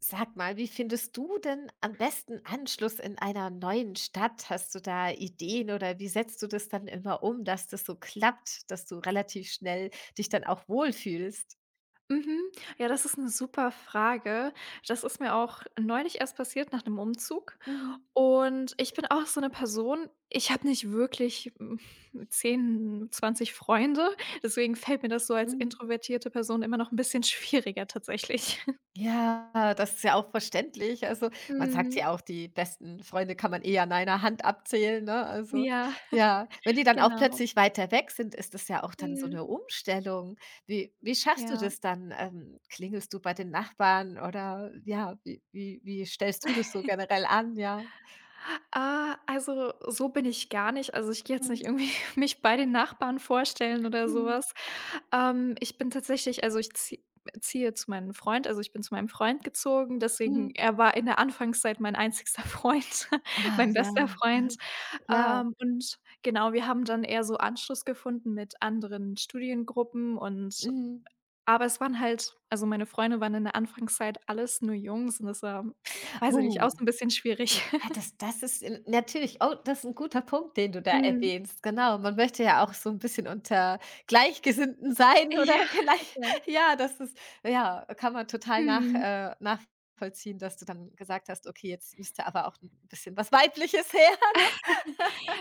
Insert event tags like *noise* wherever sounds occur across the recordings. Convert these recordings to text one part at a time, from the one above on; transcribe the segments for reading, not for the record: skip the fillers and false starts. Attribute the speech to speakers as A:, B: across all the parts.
A: Sag mal, wie findest du denn am besten Anschluss in einer neuen Stadt? Hast du da Ideen oder wie setzt du das dann immer um, dass das so klappt, dass du relativ schnell dich dann auch wohlfühlst?
B: Mhm. Ja, das ist eine super Frage. Das ist mir auch neulich erst passiert nach einem Umzug.
A: Mhm.
B: Und ich bin auch so eine Person, ich habe nicht wirklich, 10, 20 Freunde, deswegen fällt mir das so als
A: Mhm.
B: introvertierte Person immer noch ein bisschen schwieriger tatsächlich. *laughs*
A: Ja, das ist ja auch verständlich. Also, man sagt
B: Mhm.
A: ja auch, die besten Freunde kann man eh an einer Hand abzählen, ne? Also,
B: Ja,
A: ja, wenn die dann auch
B: genau.
A: plötzlich weiter weg sind, ist das ja auch dann so
B: Mhm.
A: eine Umstellung. Wie schaffst du
B: Ja.
A: das dann? Klingelst du bei den Nachbarn oder ja, wie stellst du das so generell an, ja?
B: Ah, also, so bin ich gar nicht. Also, ich gehe jetzt nicht
A: Mhm,
B: irgendwie *laughs* mich bei den Nachbarn vorstellen oder
A: mhm,
B: sowas. Ich bin tatsächlich, also, ich ziehe zu meinem Freund, also, ich bin zu meinem Freund gezogen, deswegen
A: mhm.
B: er war in der Anfangszeit mein einzigster *laughs* Freund,
A: Ah,
B: mein
A: ja,
B: bester Freund.
A: *laughs* klar.
B: Und genau, wir haben dann eher so Anschluss gefunden mit anderen Studiengruppen, und
A: Mhm.
B: aber es waren halt, also, meine Freunde waren in der Anfangszeit alles nur Jungs und das war, weiß ich nicht, auch so
A: Oh.
B: ein bisschen schwierig.
A: Ja,
B: *laughs*
A: das ist n natürlich oh, das ist ein guter Punkt, den du da
B: Mhm.
A: erwähnst. Genau, man möchte ja auch so ein bisschen unter Gleichgesinnten sein
B: Ja,
A: oder *laughs*
B: *laughs*
A: gleich
B: okay.
A: ja, das ist ja, kann man total nach
B: Mhm.
A: nachvollziehen, dass du dann gesagt hast: „Okay, jetzt müsste aber auch ein bisschen was Weibliches her, *laughs*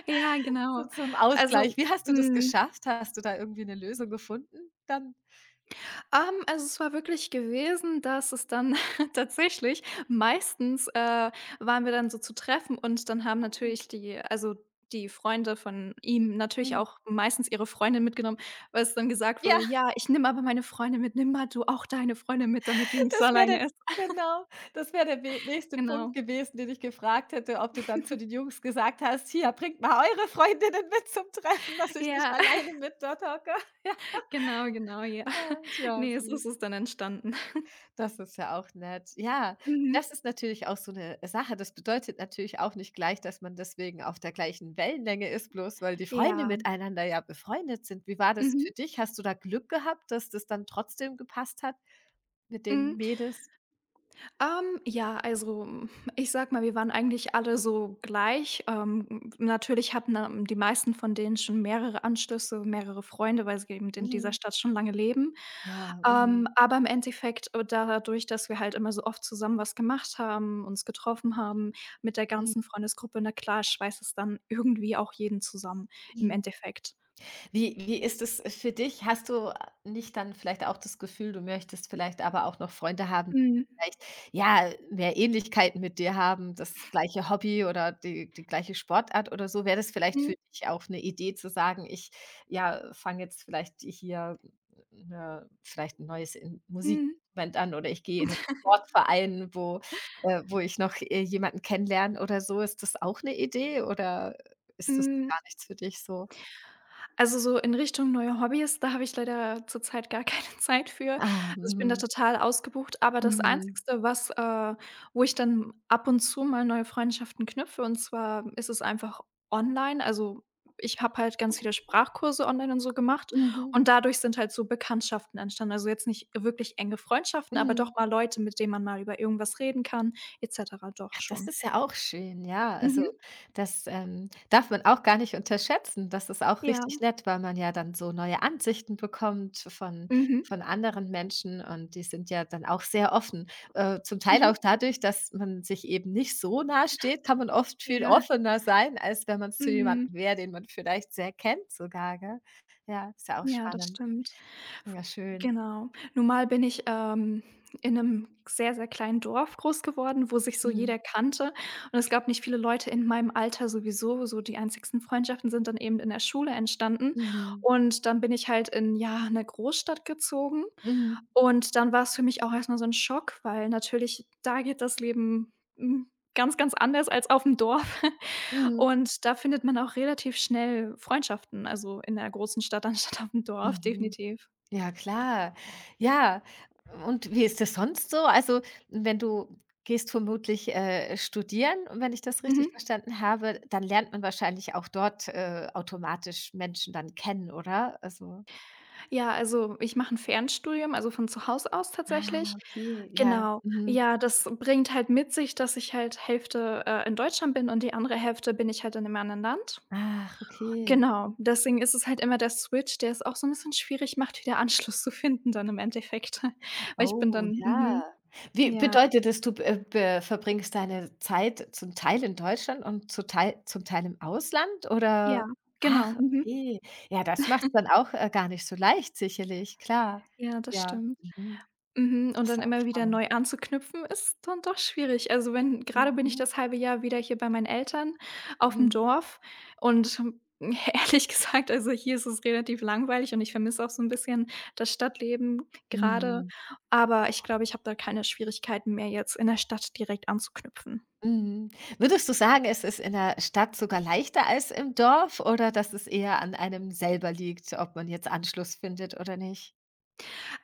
B: Ja,
A: so
B: genau.
A: zum
B: Also,
A: Ausgleich.“ Wie hast du das
B: mhm,
A: geschafft? Hast du da irgendwie eine Lösung gefunden dann?
B: also, es war wirklich gewesen, dass es dann *laughs* tatsächlich meistens, waren wir dann so zu Treffen, und dann haben
A: Mhm,
B: natürlich die, also, die Freunde von ihm natürlich
A: mhm.
B: auch meistens ihre Freundin mitgenommen, weil es dann gesagt
A: Ja.
B: wurde: „Ja, ich nehme aber meine Freundin mit, nimm mal du auch deine Freundin mit, damit die nicht so
A: Das wäre der
B: alleine ist."
A: genau, das wäre der we nächste Punkt
B: Genau.
A: gewesen, den ich gefragt hätte, ob du dann zu den Jungs gesagt hast: „Hier, bringt mal eure Freundinnen mit zum Treffen, dass ich nicht
B: Ja,
A: alleine mit dort hocke.“ *laughs*
B: *laughs* genau, genau, ja.
A: Ja,
B: *laughs*
A: ah, ja,
B: Ne, so ist
A: süß.
B: es dann entstanden.
A: Das ist ja auch nett. Ja,
B: Mhm.
A: das ist natürlich auch so eine Sache. Das bedeutet natürlich auch nicht gleich, dass man deswegen auf der gleichen Wellenlänge ist, bloß weil die Freunde
B: Ja.
A: miteinander ja befreundet sind. Wie war das für
B: Mhm.
A: dich? Hast du da Glück gehabt, dass das dann trotzdem gepasst hat mit
B: Hm,
A: den Mädels?
B: ja, also, ich sag mal, wir waren eigentlich alle so gleich. Natürlich hatten, die meisten von denen schon mehrere Anschlüsse, mehrere Freunde, weil sie eben in dieser
A: Mhm.
B: Stadt schon lange leben.
A: Ja, mhm.
B: Aber im Endeffekt, dadurch, dass wir halt immer so oft zusammen was gemacht haben, uns getroffen haben mit der
A: Mhm.
B: ganzen Freundesgruppe, na klar, schweißt es dann irgendwie auch jeden zusammen im
A: Mhm.
B: Endeffekt.
A: Wie ist es für dich? Hast du nicht dann vielleicht auch das Gefühl, du möchtest vielleicht aber auch noch Freunde haben, die
B: Mhm.
A: vielleicht, ja, mehr Ähnlichkeiten mit dir haben, das gleiche Hobby oder die gleiche Sportart oder so? Wäre das vielleicht
B: Mhm.
A: für dich auch eine Idee zu sagen: „Ich, ja, fange jetzt vielleicht hier 'ne vielleicht ein neues In
B: Mhm.
A: Musikinstrument an oder ich gehe in einen Sportverein, wo wo ich noch, jemanden kennenlerne“ oder so? Ist das auch eine Idee oder ist das
B: Mhm.
A: gar nichts für dich so?
B: Also, so in Richtung neue Hobbys, da habe ich leider zurzeit gar keine *laughs* Zeit für. Also,
A: Ah,
B: ich bin da
A: mhm.
B: total ausgebucht, aber das
A: Mhm.
B: Einzige, was wo ich dann ab und zu mal neue Freundschaften knüpfe, und zwar ist es einfach online. Also, ich habe halt ganz viele Sprachkurse online und so gemacht
A: Mhm.
B: und dadurch sind halt so Bekanntschaften entstanden. Also, jetzt nicht wirklich enge Freundschaften, aber doch
A: Mhm.
B: mal Leute, mit denen man mal über irgendwas reden kann et cetera, doch
A: Ach, das
B: schon.
A: ist ja auch schön, ja. Also,
B: Mhm.
A: das, darf man auch gar nicht unterschätzen. Das ist auch
B: Ja.
A: richtig nett, weil man ja dann so neue Ansichten bekommt
B: Mhm.
A: von anderen Menschen und die sind ja dann auch sehr offen. Zum Teil auch
B: Mhm.
A: dadurch, dass man sich eben nicht so nahe steht, kann man oft viel
B: Ja.
A: offener sein, als wenn man's zu
B: Mhm.
A: jemandem wäre, den man vielleicht sehr kennt sogar, gell? Ja, ist ja auch
B: Ja, das
A: spannend.
B: stimmt. F
A: Ja, schön.
B: Genau. Nun mal bin ich, in einem sehr, sehr kleinen Dorf groß geworden, wo sich so
A: Mhm.
B: jeder kannte. Und es gab nicht viele Leute in meinem Alter sowieso. So die einzigsten Freundschaften sind dann eben in der Schule entstanden.
A: Mhm.
B: Und dann bin ich halt in, ja, eine Großstadt gezogen.
A: Mhm.
B: Und dann war es für mich auch erstmal so ein Schock, weil natürlich da geht das Leben, ganz, ganz anders als auf dem Dorf. *laughs*
A: Mhm.
B: Und da findet man auch relativ schnell Freundschaften, also in der großen Stadt *laughs* anstatt auf dem Dorf,
A: Mhm.
B: definitiv.
A: Ja, klar. Ja, und wie ist das sonst so? Also, wenn du gehst vermutlich, studieren und wenn ich das richtig
B: Mhm.
A: verstanden habe, dann lernt man wahrscheinlich auch dort, automatisch Menschen dann kennen, oder? Also
B: Ja, also, ich mache 'n Fernstudium, also von zu Hause aus
A: ah,
B: tatsächlich.
A: okay, ja.
B: Genau.
A: Mhm.
B: Ja, das bringt halt mit sich, dass ich halt Hälfte, in Deutschland bin und die andere Hälfte bin ich halt in 'nem anderen Land.
A: Ach, okay.
B: Genau, deswegen ist es halt immer der Switch, der es auch so 'n bisschen schwierig macht, wieder Anschluss zu finden dann im Endeffekt. *laughs* Weil ich bin
A: Oh
B: dann
A: ja. Wie
B: ja.
A: bedeutet das, du be verbringst deine Zeit zum Teil in Deutschland und zu Teil zum Teil im Ausland
B: Ja,
A: oder ach,
B: genau. Mhm.
A: okay. Ja, das macht's dann auch, gar nicht so leicht sicherlich, klar.
B: Ja, das
A: Ja,
B: stimmt.
A: mhm.
B: Mhm, und
A: Das ist
B: dann
A: ja auch
B: immer wieder
A: spannend.
B: neu anzuknüpfen, ist dann doch schwierig. Also, wenn grade bin ich
A: Mhm,
B: das halbe Jahr wieder hier bei meinen Eltern auf'm
A: mhm,
B: Dorf und *laughs* ehrlich gesagt, also, hier ist es relativ langweilig und ich vermisse auch so 'n bisschen das Stadtleben grade,
A: mhm,
B: aber ich glaube, ich habe da keine Schwierigkeiten mehr, jetzt in der Stadt direkt anzuknüpfen.
A: mhm. Würdest du sagen, es ist in der Stadt sogar leichter als im Dorf oder dass es eher an einem selber liegt, ob man jetzt Anschluss findet oder nicht?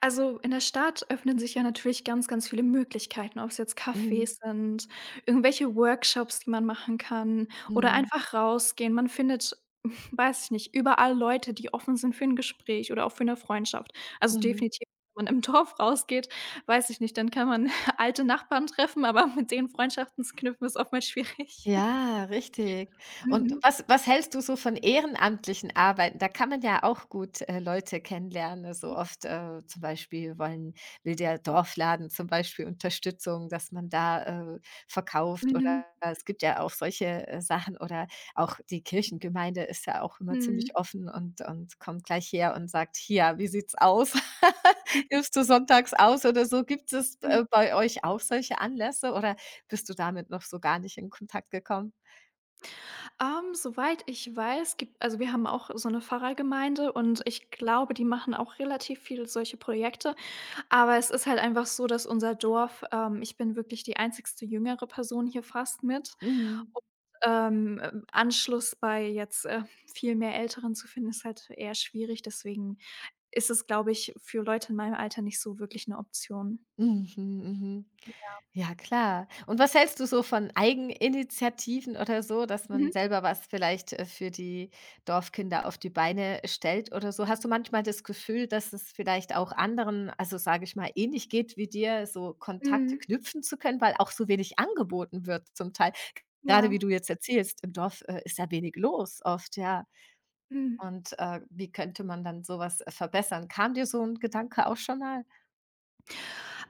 B: Also, in der Stadt öffnen sich ja natürlich ganz, ganz viele Möglichkeiten, ob es jetzt
A: Mhm,
B: Cafés sind, irgendwelche Workshops, die man machen kann, oder
A: mhm,
B: einfach rausgehen. Man findet, *laughs* weiß ich nicht, überall Leute, die offen sind für ein Gespräch oder auch für eine Freundschaft. Also,
A: mhm.
B: definitiv, wenn man im *laughs* Dorf rausgeht, weiß ich nicht, dann kann man *laughs* alte Nachbarn treffen, aber *laughs* mit denen Freundschaften zu knüpfen, ist oftmals schwierig. *laughs*
A: Ja, richtig. Und
B: Mhm.
A: was was hältst du so von ehrenamtlichen Arbeiten? Da kann man ja auch gut, Leute kennenlernen, ne? So
B: Ja.
A: oft, zum Beispiel wollen will der Dorfladen zum Beispiel Unterstützung, dass man da, verkauft oder
B: Mhm.
A: es gibt ja auch solche, Sachen oder auch die Kirchengemeinde ist ja auch immer ziemlich
B: Mhm.
A: offen und kommt gleich her und sagt: „Hier, wie sieht's aus? *laughs* Hilfst du
B: *laughs*
A: sonntags aus oder so?“ Gibt es, bei euch auch solche Anlässe oder bist du damit noch so gar nicht in Kontakt gekommen?
B: Soweit ich weiß, gibt, also wir haben auch so eine Pfarrergemeinde und ich glaube, die machen auch relativ viele solche Projekte. Aber es ist halt einfach so, dass unser Dorf, ich bin wirklich die einzigste jüngere Person hier fast mit,
A: Mhm.
B: und, Anschluss bei jetzt, viel mehr Älteren zu finden, ist halt eher schwierig. Deswegen ist es, glaube ich, für Leute in meinem Alter nicht so wirklich eine Option.
A: Mhm, mhm. Ja, klar. Und was hältst du so von Eigeninitiativen oder so, dass man
B: Mhm.
A: selber was vielleicht, für die Dorfkinder auf die Beine stellt oder so? Hast du manchmal das Gefühl, dass es vielleicht auch anderen, also, sage ich mal, ähnlich geht wie dir, so Kontakte
B: Mhm.
A: knüpfen zu können, weil auch so wenig angeboten wird zum Teil? Gerade
B: Ja.
A: wie du jetzt erzählst, im Dorf, ist ja wenig los oft, ja.
B: Mhm.
A: Und, wie könnte man dann sowas verbessern? Kam dir so ein Gedanke auch schon mal?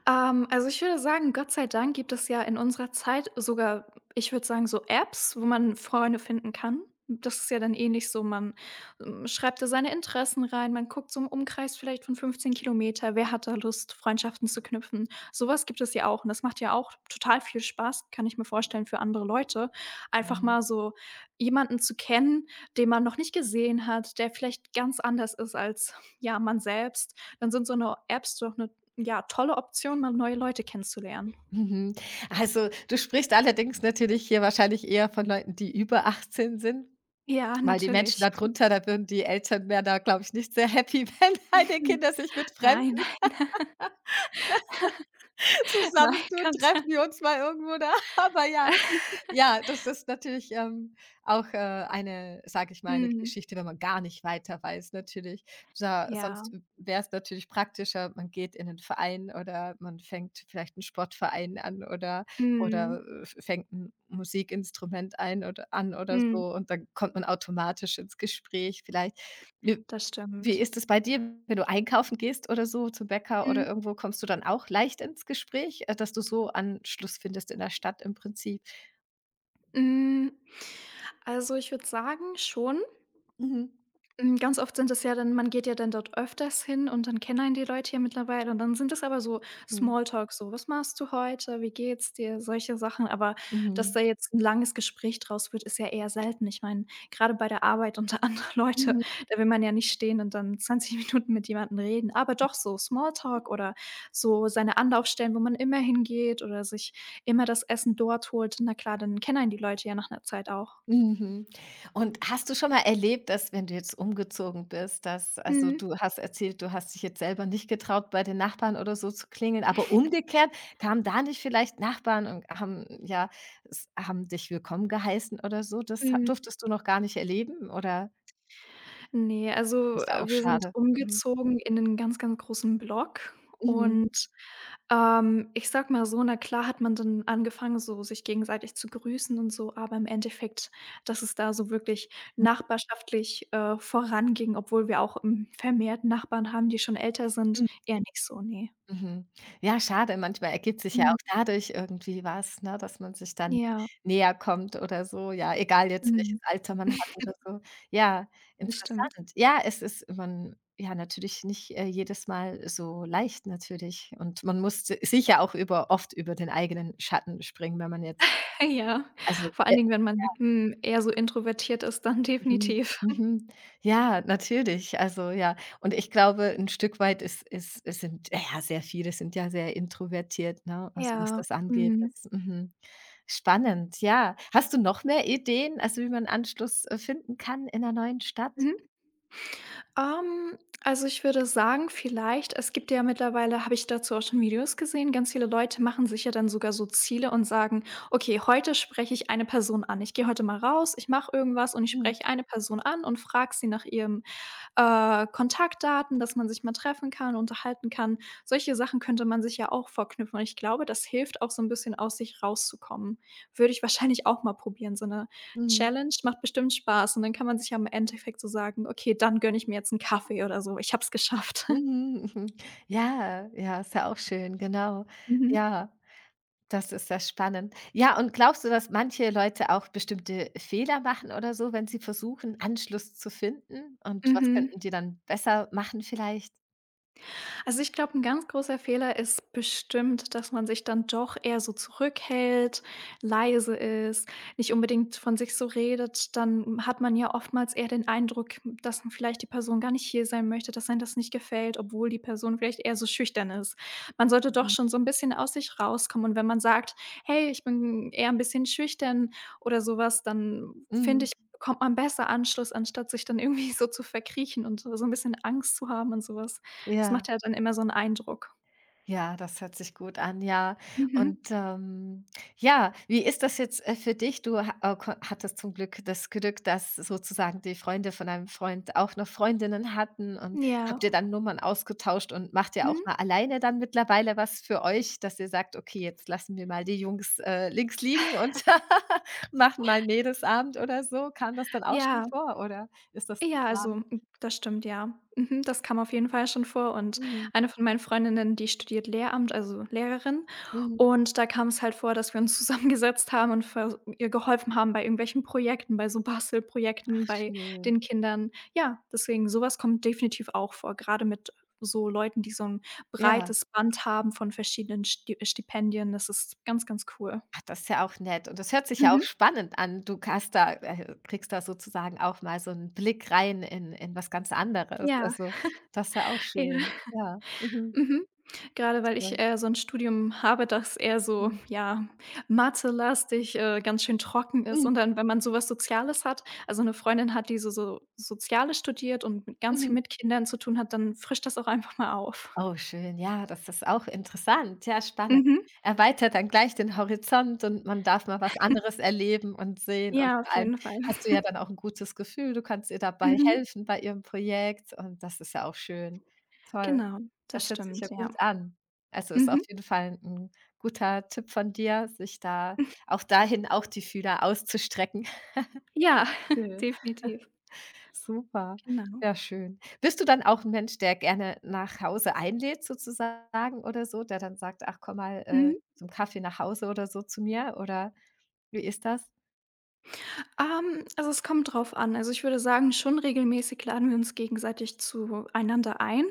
B: Also, ich würde sagen, Gott sei Dank gibt es ja in unserer Zeit sogar, ich würde sagen, so Apps, wo man Freunde finden kann. Das ist ja dann ähnlich so, man, schreibt da seine Interessen rein, man guckt so im Umkreis vielleicht von 15 km, wer hat da Lust, Freundschaften zu knüpfen? Sowas gibt es ja auch und das macht ja auch total viel Spaß, kann ich mir vorstellen, für andere Leute. Einfach
A: Mhm.
B: mal
A: *laughs*
B: so jemanden zu kennen, den man noch nicht gesehen hat, der vielleicht ganz anders ist als, ja, man selbst. Dann sind so eine Apps doch 'ne, ja, tolle Option, mal neue Leute kennenzulernen.
A: Mhm. Also, du sprichst allerdings natürlich hier wahrscheinlich eher von Leuten, die über 18 sind,
B: Ja,
A: weil die Menschen
B: natürlich.
A: darunter, da würden die Eltern wären da, glaube ich, nicht sehr happy, *laughs* wenn deine Kinder sich mit
B: Nein,
A: Fremden
B: *laughs* nein,
A: zusammentun:
B: ganz
A: „Treffen wir uns mal irgendwo da.“ *laughs* Aber ja, ja, das ist natürlich, auch, eine, sage ich mal, eine
B: mhm.
A: Geschichte, wenn man gar nicht weiter weiß natürlich. Sa
B: Ja,
A: sonst wäre es natürlich praktischer, man geht in 'nen Verein oder man fängt vielleicht einen Sportverein an
B: mhm,
A: oder, fängt ein Musikinstrument ein oder an oder
B: mhm,
A: so und dann kommt man automatisch ins Gespräch vielleicht. Wie
B: das
A: wie
B: stimmt.
A: ist es bei dir, wenn du einkaufen gehst oder so zum Bäcker oder
B: Mhm,
A: irgendwo, kommst du dann auch leicht ins Gespräch, dass du so Anschluss findest in der Stadt im Prinzip?
B: hm, also, ich würde sagen schon.
A: Mhm.
B: Ganz oft sind es ja dann, man geht ja dann dort öfters hin und dann kennen einen die Leute ja mittlerweile und dann sind es aber so
A: Mhm.
B: Smalltalk, so: „Was machst du heute? Wie geht's dir?" Solche Sachen, aber dass
A: Mhm.
B: da jetzt ein langes Gespräch draus wird, ist ja eher selten. Ich meine, gerade bei der Arbeit unter *laughs* anderen Leute,
A: Mhm.
B: da will man ja nicht stehen und dann 20 Minuten mit jemandem reden. Aber doch so Smalltalk oder so seine Anlaufstellen, wo man immer hingeht oder sich immer das Essen dort holt. Na klar, dann kennen einen die Leute ja nach einer Zeit auch.
A: Mhm. Und hast du schon mal erlebt, dass, wenn du jetzt umgezogen bist, dass also,
B: Mhm.
A: du hast erzählt, du hast dich jetzt selber nicht getraut, bei den Nachbarn oder so zu klingeln, aber umgekehrt kamen da nicht vielleicht Nachbarn und haben ja, s haben dich willkommen geheißen oder so? Das ha
B: Mhm.
A: durftest du noch gar nicht erleben oder
B: Ne, also,
A: ist ja auch
B: wir sind
A: schade. Mhm.
B: umgezogen in 'nen ganz, ganz großen Block
A: Mhm.
B: und, ich sage mal so, na klar hat man dann angefangen, so sich gegenseitig zu grüßen und so, aber im Endeffekt, dass es da so wirklich nachbarschaftlich, voranging, obwohl wir auch, vermehrt Nachbarn haben, die schon älter sind,
A: Mhm.
B: eher nicht so, ne.
A: Mhm. Ja, schade, manchmal ergibt sich ja auch
B: Mhm.
A: dadurch irgendwie was, ne, dass man sich dann
B: Ja.
A: näher kommt oder so, ja, egal jetzt, welches
B: Mhm.
A: Alter man hat oder so. Ja,
B: Das stimmt.
A: interessant. Ja, es ist man ja, natürlich nicht, jedes Mal so leicht natürlich und man muss si sicher auch über oft über den eigenen Schatten springen, wenn man jetzt
B: *laughs* Ja.
A: also,
B: Vor allen Dingen, wenn man, eher so introvertiert ist, dann
A: Mhm,
B: definitiv.
A: mhm. Ja, natürlich. Also, ja. Und ich glaube, ein Stück weit ist es sind ja, sehr viele sind ja sehr introvertiert, ne? Also, was
B: Ja.
A: das angeht,
B: Mhm.
A: das mhm. Spannend, ja. Hast du noch mehr Ideen, also, wie man Anschluss, finden kann in einer neuen Stadt?
B: Mhm. Ähm, also, ich würde sagen, vielleicht es gibt ja mittlerweile, habe ich dazu auch schon Videos gesehen, ganz viele Leute machen sich ja dann sogar so Ziele und sagen: „Okay, heute spreche ich eine Person an. Ich gehe heute mal raus, ich mache irgendwas und ich
A: Mhm,
B: spreche eine Person an und frage sie nach ihrem, Kontaktdaten, dass man sich mal treffen kann, unterhalten kann. Solche Sachen könnte man sich ja auch verknüpfen und ich glaube, das hilft auch so ein bisschen aus sich rauszukommen. Würde ich wahrscheinlich auch mal probieren, so eine
A: mhm,
B: Challenge, macht bestimmt Spaß und dann kann man sich ja im Endeffekt so sagen: „Okay, dann gönne ich mir jetzt einen Kaffee oder so. Ich habe es geschafft."
A: mhm, *laughs* mhm. Ja, ja, ist ja auch schön, genau.
B: *laughs* Mhm.
A: Ja. Das ist ja spannend. Ja, und glaubst du, dass manche Leute auch bestimmte Fehler machen oder so, wenn sie versuchen, Anschluss zu finden? Und was
B: Mhm.
A: könnten die dann besser machen vielleicht?
B: Also, ich glaube, ein ganz großer Fehler ist bestimmt, dass man sich dann doch eher so zurückhält, leise ist, nicht unbedingt von sich so redet. Dann hat man ja oftmals eher den Eindruck, dass vielleicht die Person gar nicht hier sein möchte, dass einem das nicht gefällt, obwohl die Person vielleicht eher so schüchtern ist. Man sollte doch
A: Mhm.
B: schon so ein bisschen aus sich rauskommen und wenn man sagt: „Hey, ich bin eher ein bisschen schüchtern" oder sowas, dann finde
A: Mhm.
B: ich, bekommt man besser Anschluss, anstatt sich dann irgendwie so zu verkriechen und so ein bisschen Angst zu haben und sowas. Das macht
A: Ja.
B: ja dann immer so 'n Eindruck.
A: Ja, das hört sich gut an, ja.
B: Mhm.
A: Und, ja, wie ist das jetzt, für dich? Du ha ko hattest zum Glück das Glück, dass sozusagen die Freunde von deinem Freund auch noch Freundinnen hatten und
B: Ja.
A: habt ihr dann Nummern ausgetauscht und macht ihr auch
B: Mhm.
A: mal alleine dann mittlerweile was für euch, dass ihr sagt: „Okay, jetzt lassen wir mal die Jungs, links liegen und *laughs* machen mal Mädelsabend“ oder so? Kam das dann auch schon
B: Ja.
A: vor oder ist das
B: Ja,
A: geplant?
B: also, das stimmt, ja. Mhm, das kam auf jeden Fall schon vor und
A: Mhm,
B: eine von meinen Freundinnen, die studiert Lehramt, also Lehrerin,
A: mhm.
B: und da kam's halt vor, dass wir uns *laughs* zusammengesetzt haben und vers ihr geholfen haben bei irgendwelchen Projekten, bei so
A: Ach
B: Bastelprojekten bei
A: schön.
B: den Kindern. Ja, deswegen, so was kommt definitiv auch vor, grade mit so Leuten, die so 'n
A: Ja.
B: breites Band haben von verschiedenen Stipendien. Das ist ganz, ganz cool.
A: Ach, das ist ja auch nett und das hört sich ja auch
B: Mhm.
A: spannend an. Du hast da kriegst da sozusagen auch mal so 'n Blick rein in was ganz anderes.
B: Ja.
A: Also, das ist ja auch schön.
B: Ja,
A: Ja, mhm,
B: mhm. Gerade weil
A: toll.
B: ich, so 'n Studium habe, das eher so,
A: Mhm.
B: ja, mathelastig, ganz schön trocken ist
A: Mhm.
B: und dann, wenn man so was Soziales hat, also, 'ne Freundin hat, die so Soziales studiert und mit ganz viel
A: Mhm.
B: mit Kindern zu tun hat, dann frischt das auch einfach mal auf.
A: Oh, schön. Ja, das ist auch interessant. Ja, spannend.
B: Mhm.
A: Erweitert dann gleich den Horizont und man darf mal was anderes erleben und sehen. Und
B: Ja, auf
A: vor allem
B: jeden Fall.
A: hast du ja dann auch ein gutes Gefühl. Du kannst ihr dabei
B: Mhm.
A: helfen bei ihrem Projekt und das ist ja auch schön. Toll.
B: Genau, das
A: Das hört sich ja
B: stimmt, ja.
A: gut an. Also, ist auf
B: Mhm.
A: jeden Fall ein guter Tipp von dir, sich da auch dahin auch die Fühler auszustrecken. *laughs*
B: Ja, *laughs*
A: Schön.
B: definitiv.
A: Super,
B: Genau.
A: ja schön. Bist du dann auch 'n Mensch, der gerne nach Hause einlädt sozusagen oder so, der dann sagt: „Ach, komm mal,
B: Mhm.
A: zum Kaffee nach Hause oder so zu mir“, oder wie ist das?
B: Also es kommt drauf an. Also, ich würde sagen, schon regelmäßig laden wir uns gegenseitig zueinander ein,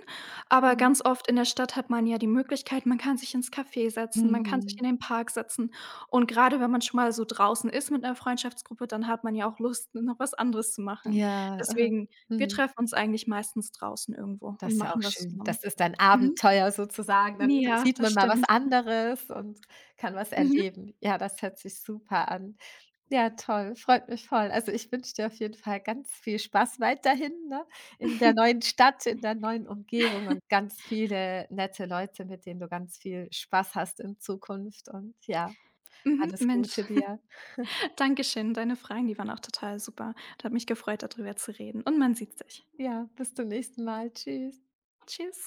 B: aber
A: Mhm.
B: ganz oft in der Stadt hat man ja die Möglichkeit, man kann sich ins Café setzen, man kann sich
A: Mhm.
B: in den Park setzen und gerade wenn man schon mal so draußen ist mit einer Freundschaftsgruppe, dann hat man ja auch Lust, *laughs* noch was anderes zu machen.
A: Ja, mhm.
B: Deswegen, wir
A: Mhm.
B: treffen uns eigentlich meistens draußen irgendwo
A: Das
B: und
A: ist ja auch
B: machen was
A: schön.
B: zusammen.
A: Das ist ein
B: Mhm.
A: Abenteuer sozusagen. Dann
B: Ja,
A: sieht
B: das
A: man mal was
B: stimmt.
A: anderes und kann was
B: Mhm,
A: erleben. Ja, das hört sich super an. Ja, toll, freut mich voll. Also, ich wünsche dir auf jeden Fall ganz viel Spaß weiterhin, ne, in der neuen Stadt, in der neuen Umgebung und ganz viele nette Leute, mit denen du ganz viel Spaß hast in Zukunft und ja,
B: mhm,
A: alles
B: Mensch,
A: Gute dir.
B: *laughs* danke schön. Deine Fragen, die waren auch total super. Da hat mich gefreut, darüber zu reden und man sieht sich.
A: Ja, bis zum nächsten Mal. Tschüss.
B: Tschüss.